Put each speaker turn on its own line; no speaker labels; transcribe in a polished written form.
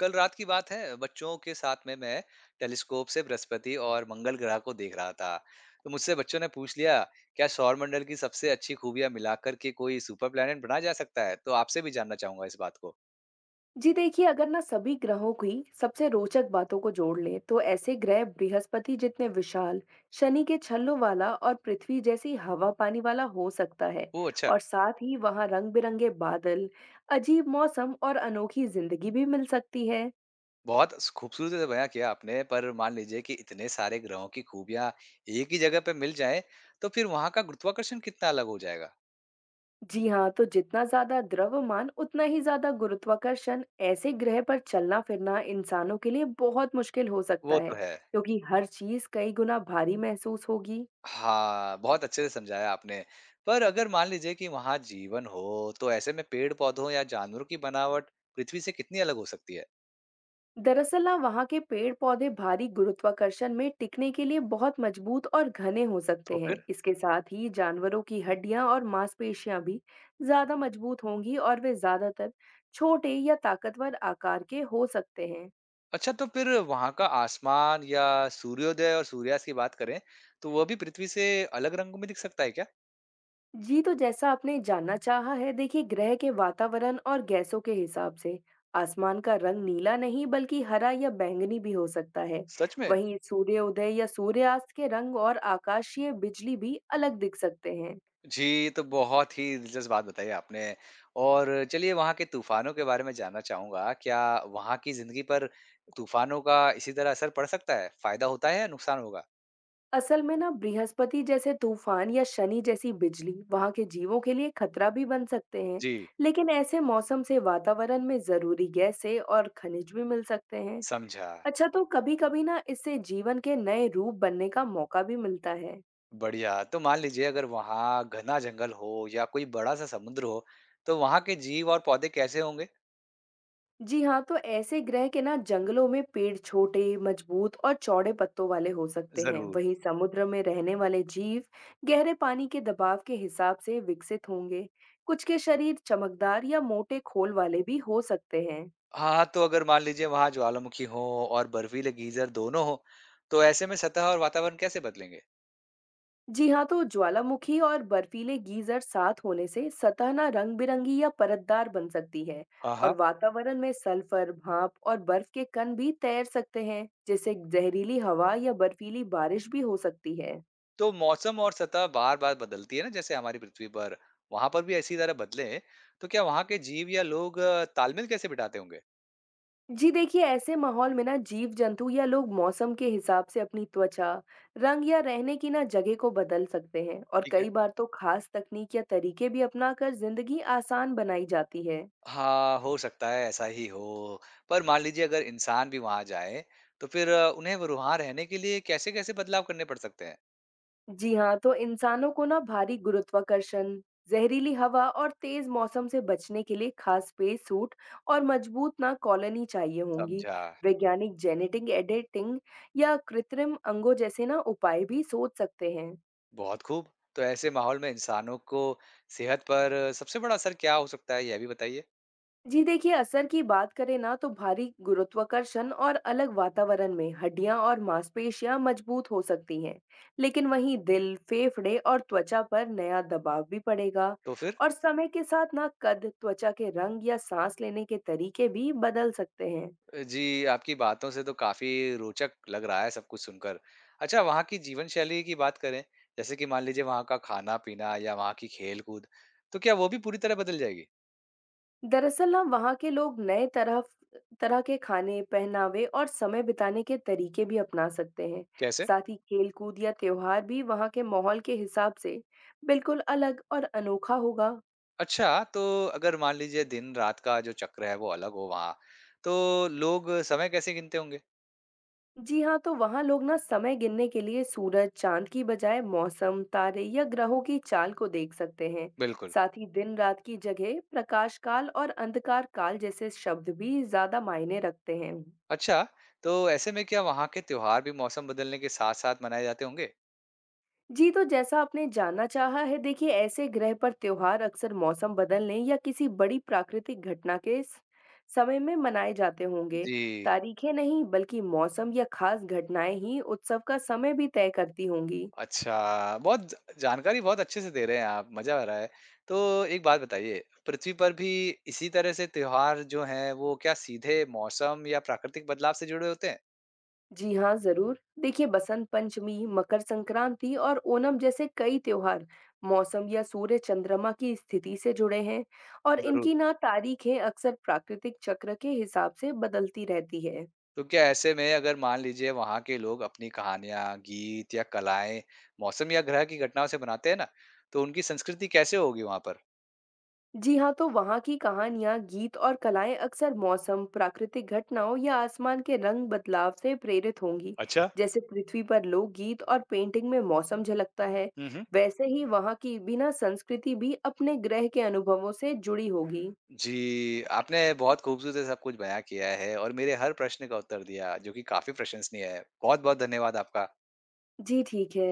कल रात की बात है, बच्चों के साथ में मैं टेलीस्कोप से बृहस्पति और मंगल ग्रह को देख रहा था। तो मुझसे बच्चों ने पूछ लिया, क्या सौरमंडल की सबसे अच्छी खूबियां मिलाकर के कोई सुपर प्लेनेट बना जा सकता है। तो आपसे भी जानना चाहूंगा इस बात को।
जी देखिए, अगर ना सभी ग्रहों की सबसे रोचक बातों को जोड़ लें, तो ऐसे ग्रह बृहस्पति जितने विशाल, शनि के छल्लों वाला और पृथ्वी जैसी हवा पानी वाला हो सकता है।
ओह, अच्छा।
और साथ ही वहां रंग-बिरंगे बादल, अजीब मौसम और अनोखी जिंदगी भी मिल सकती है।
बहुत खूबसूरती से बयां किया आपने। पर मान लीजिए कि इतने सारे ग्रहों की खूबियां एक ही जगह पे मिल जाएं, तो फिर वहां का गुरुत्वाकर्षण कितना अलग हो जाएगा।
जी हाँ, तो जितना ज्यादा द्रव्यमान, उतना ही ज्यादा गुरुत्वाकर्षण। ऐसे ग्रह पर चलना फिरना इंसानों के लिए बहुत मुश्किल हो सकता
वो तो
है,
है।
क्योंकि हर चीज कई गुना भारी महसूस होगी।
हाँ, बहुत अच्छे से समझाया आपने। पर अगर मान लीजिए कि वहाँ जीवन हो, तो ऐसे में पेड़-पौधों या जानवरों की बनावट पृथ्वी से कितनी अलग हो सकती है?
दरअसल ना वहाँ के पेड़ पौधे भारी गुरुत्वाकर्षण में टिकने के लिए बहुत मजबूत और घने हो
तो
सकते हैं।
फिर?
इसके साथ ही जानवरों की हड्डियां और मांसपेशियां भी ज्यादा मजबूत होंगी और वे ज्यादातर छोटे या ताकतवर आकार के हो सकते हैं।
अच्छा, तो फिर वहाँ का आसमान या सूर्योदय और सूर्यास्त की बात करें, तो वो भी पृथ्वी से अलग रंगों में दिख सकता है क्या?
जी, तो जैसा आपने जानना चाहा है, देखिए ग्रह के वातावरण और गैसों के हिसाब से आसमान का रंग नीला नहीं बल्कि हरा या बैंगनी भी हो सकता है।
सच में?
वहीं सूर्योदय या सूर्यास्त के रंग और आकाशीय बिजली भी अलग दिख सकते हैं।
जी, तो बहुत ही दिलचस्प बात बताई आपने। और चलिए वहाँ के तूफ़ानों के बारे में जानना चाहूँगा। क्या वहाँ की ज़िंदगी पर तूफ़ानों का इसी तरह असर पड़ सकता है? फ़ायदा होता है या नुकसान होगा?
असल में ना बृहस्पति जैसे तूफान या शनि जैसी बिजली वहां के जीवों के लिए खतरा भी बन सकते हैं।
जी,
लेकिन ऐसे मौसम से वातावरण में जरूरी गैसें और खनिज भी मिल सकते हैं।
समझा।
अच्छा, तो कभी कभी ना इससे जीवन के नए रूप बनने का मौका भी मिलता है।
बढ़िया। तो मान लीजिए अगर वहाँ घना जंगल हो या कोई बड़ा-सा समुद्र हो, तो वहाँ के जीव और पौधे कैसे होंगे?
जी हाँ, तो ऐसे ग्रह के ना जंगलों में पेड़ छोटे, मजबूत और चौड़े पत्तों वाले हो सकते हैं।
ज़रूर।
वहीं समुद्र में रहने वाले जीव गहरे पानी के दबाव के हिसाब से विकसित होंगे। कुछ के शरीर चमकदार या मोटे खोल वाले भी हो सकते हैं।
हाँ, तो अगर मान लीजिए वहाँ ज्वालामुखी हो और बर्फीले गीज़र दोनों हो, तो ऐसे में सतह और वातावरण कैसे बदलेंगे?
जी हाँ, तो ज्वालामुखी और बर्फीले गीजर साथ होने से सतह ना रंग बिरंगी या परतदार बन सकती है।
हाँ, हाँ।
और वातावरण में सल्फर, भाप और बर्फ के कण भी तैर सकते हैं, जिससे जहरीली हवा या बर्फीली बारिश भी हो सकती है।
तो मौसम और सतह बार-बार बदलती है ना, जैसे हमारी पृथ्वी पर, वहाँ पर भी इसी तरह बदले, तो क्या वहाँ के जीव या लोग तालमेल कैसे बिठाते होंगे?
जी देखिए, ऐसे माहौल में ना जीव-जंतु या लोग मौसम के हिसाब से अपनी त्वचा, रंग या रहने की ना जगह को बदल सकते हैं और कई बार तो खास तकनीक या तरीके भी अपनाकर जिंदगी आसान बनाई जाती है।
हाँ, हो सकता है ऐसा ही हो। पर मान लीजिए अगर इंसान भी वहाँ जाए, तो फिर उन्हें वो वहाँ रहने के लिए कैसे-कैसे बदलाव करने पड़ सकते हैं?
जी हाँ, तो इंसानों को ना भारी गुरुत्वाकर्षण, जहरीली हवा और तेज मौसम से बचने के लिए खास स्पेस सूट और मजबूत ना कॉलोनी चाहिए होंगी।
समझा।
वैज्ञानिक जेनेटिक एडिटिंग या कृत्रिम अंगों जैसे ना उपाय भी सोच सकते हैं।
बहुत खूब। तो ऐसे माहौल में इंसानों को सेहत पर सबसे बड़ा असर क्या हो सकता है, यह भी बताइए?
जी देखिए, असर की बात करें ना तो भारी गुरुत्वाकर्षण और अलग वातावरण में हड्डियां और मांसपेशियां मजबूत हो सकती हैं। लेकिन वहीं दिल फेफड़े और त्वचा पर नया दबाव भी पड़ेगा।
तो फिर?
और समय के साथ ना कद त्वचा के रंग या सांस लेने के तरीके भी बदल सकते हैं।
जी, आपकी बातों से तो काफ़ी रोचक लग रहा है सब कुछ सुनकर। अच्छा, वहाँ की जीवन शैली की बात करें, जैसे कि मान लीजिए वहाँ का खाना-पीना या वहाँ की खेल-कूद, तो क्या वो भी पूरी तरह बदल जाएगी?
दरअसल ना वहाँ के लोग नए तरह तरह के खाने, पहनावे और समय बिताने के तरीके भी अपना सकते हैं।
कैसे?
साथ ही खेल कूद या त्योहार भी वहाँ के माहौल के हिसाब से बिल्कुल अलग और अनोखा होगा।
अच्छा, तो अगर मान लीजिए दिन रात का जो चक्र है वो अलग हो वहाँ, तो लोग समय कैसे गिनते होंगे?
जी हाँ, तो वहाँ लोग ना समय गिनने के लिए सूरज, चांद की बजाय मौसम, तारे या ग्रहों की चाल को देख सकते हैं।
बिल्कुल।
साथ ही दिन रात की जगह प्रकाश काल और अंधकार काल जैसे शब्द भी ज्यादा मायने रखते हैं।
अच्छा, तो ऐसे में क्या वहाँ के त्योहार भी मौसम बदलने के साथ-साथ मनाए जाते होंगे?
जी, तो जैसा आपने जानना चाहा है, देखिए ऐसे ग्रह पर त्योहार अक्सर मौसम बदलने या किसी बड़ी प्राकृतिक घटना के समय में मनाए जाते होंगे।
जी,
तारीखें नहीं, बल्कि मौसम या खास घटनाएं ही उत्सव का समय भी तय करती होंगी।
अच्छा। बहुत ज जानकारी बहुत अच्छे से दे रहे हैं आप, मज़ा आ रहा है। तो एक बात बताइए, पृथ्वी पर भी इसी तरह से त्योहार जो हैं, वो क्या सीधे मौसम या प्राकृतिक बदलाव से जुड़े होते हैं?
जी हाँ, जरूर। देखिए बसंत पंचमी, मकर संक्रांति और ओणम जैसे कई त्योहार मौसम या सूर्य चंद्रमा की स्थिति से जुड़े हैं और
ज़रूर।
इनकी ना तारीखें अक्सर प्राकृतिक चक्र के हिसाब से बदलती रहती है।
तो क्या ऐसे में अगर मान लीजिए वहां के लोग अपनी कहानियां, गीत या कलाएं मौसम या ग्रह की घटनाओं से बनाते हैं ना, तो उनकी संस्कृति कैसे होगी वहां पर?
जी हाँ, तो वहाँ की कहानियाँ गीत और कलाएं अक्सर मौसम प्राकृतिक घटनाओं या आसमान के रंग बदलाव से प्रेरित होंगी।
अच्छा।
जैसे पृथ्वी पर लोकगीत और पेंटिंग में मौसम झलकता है,
हम्म।
वैसे ही वहाँ की बिना संस्कृति भी अपने ग्रह के अनुभवों से जुड़ी होगी।
जी, आपने बहुत खूबसूरती से सब कुछ बयां किया है और मेरे हर प्रश्न का उत्तर दिया, जो कि काफी प्रशंसनीय है। बहुत-बहुत धन्यवाद आपका।
जी ठीक है।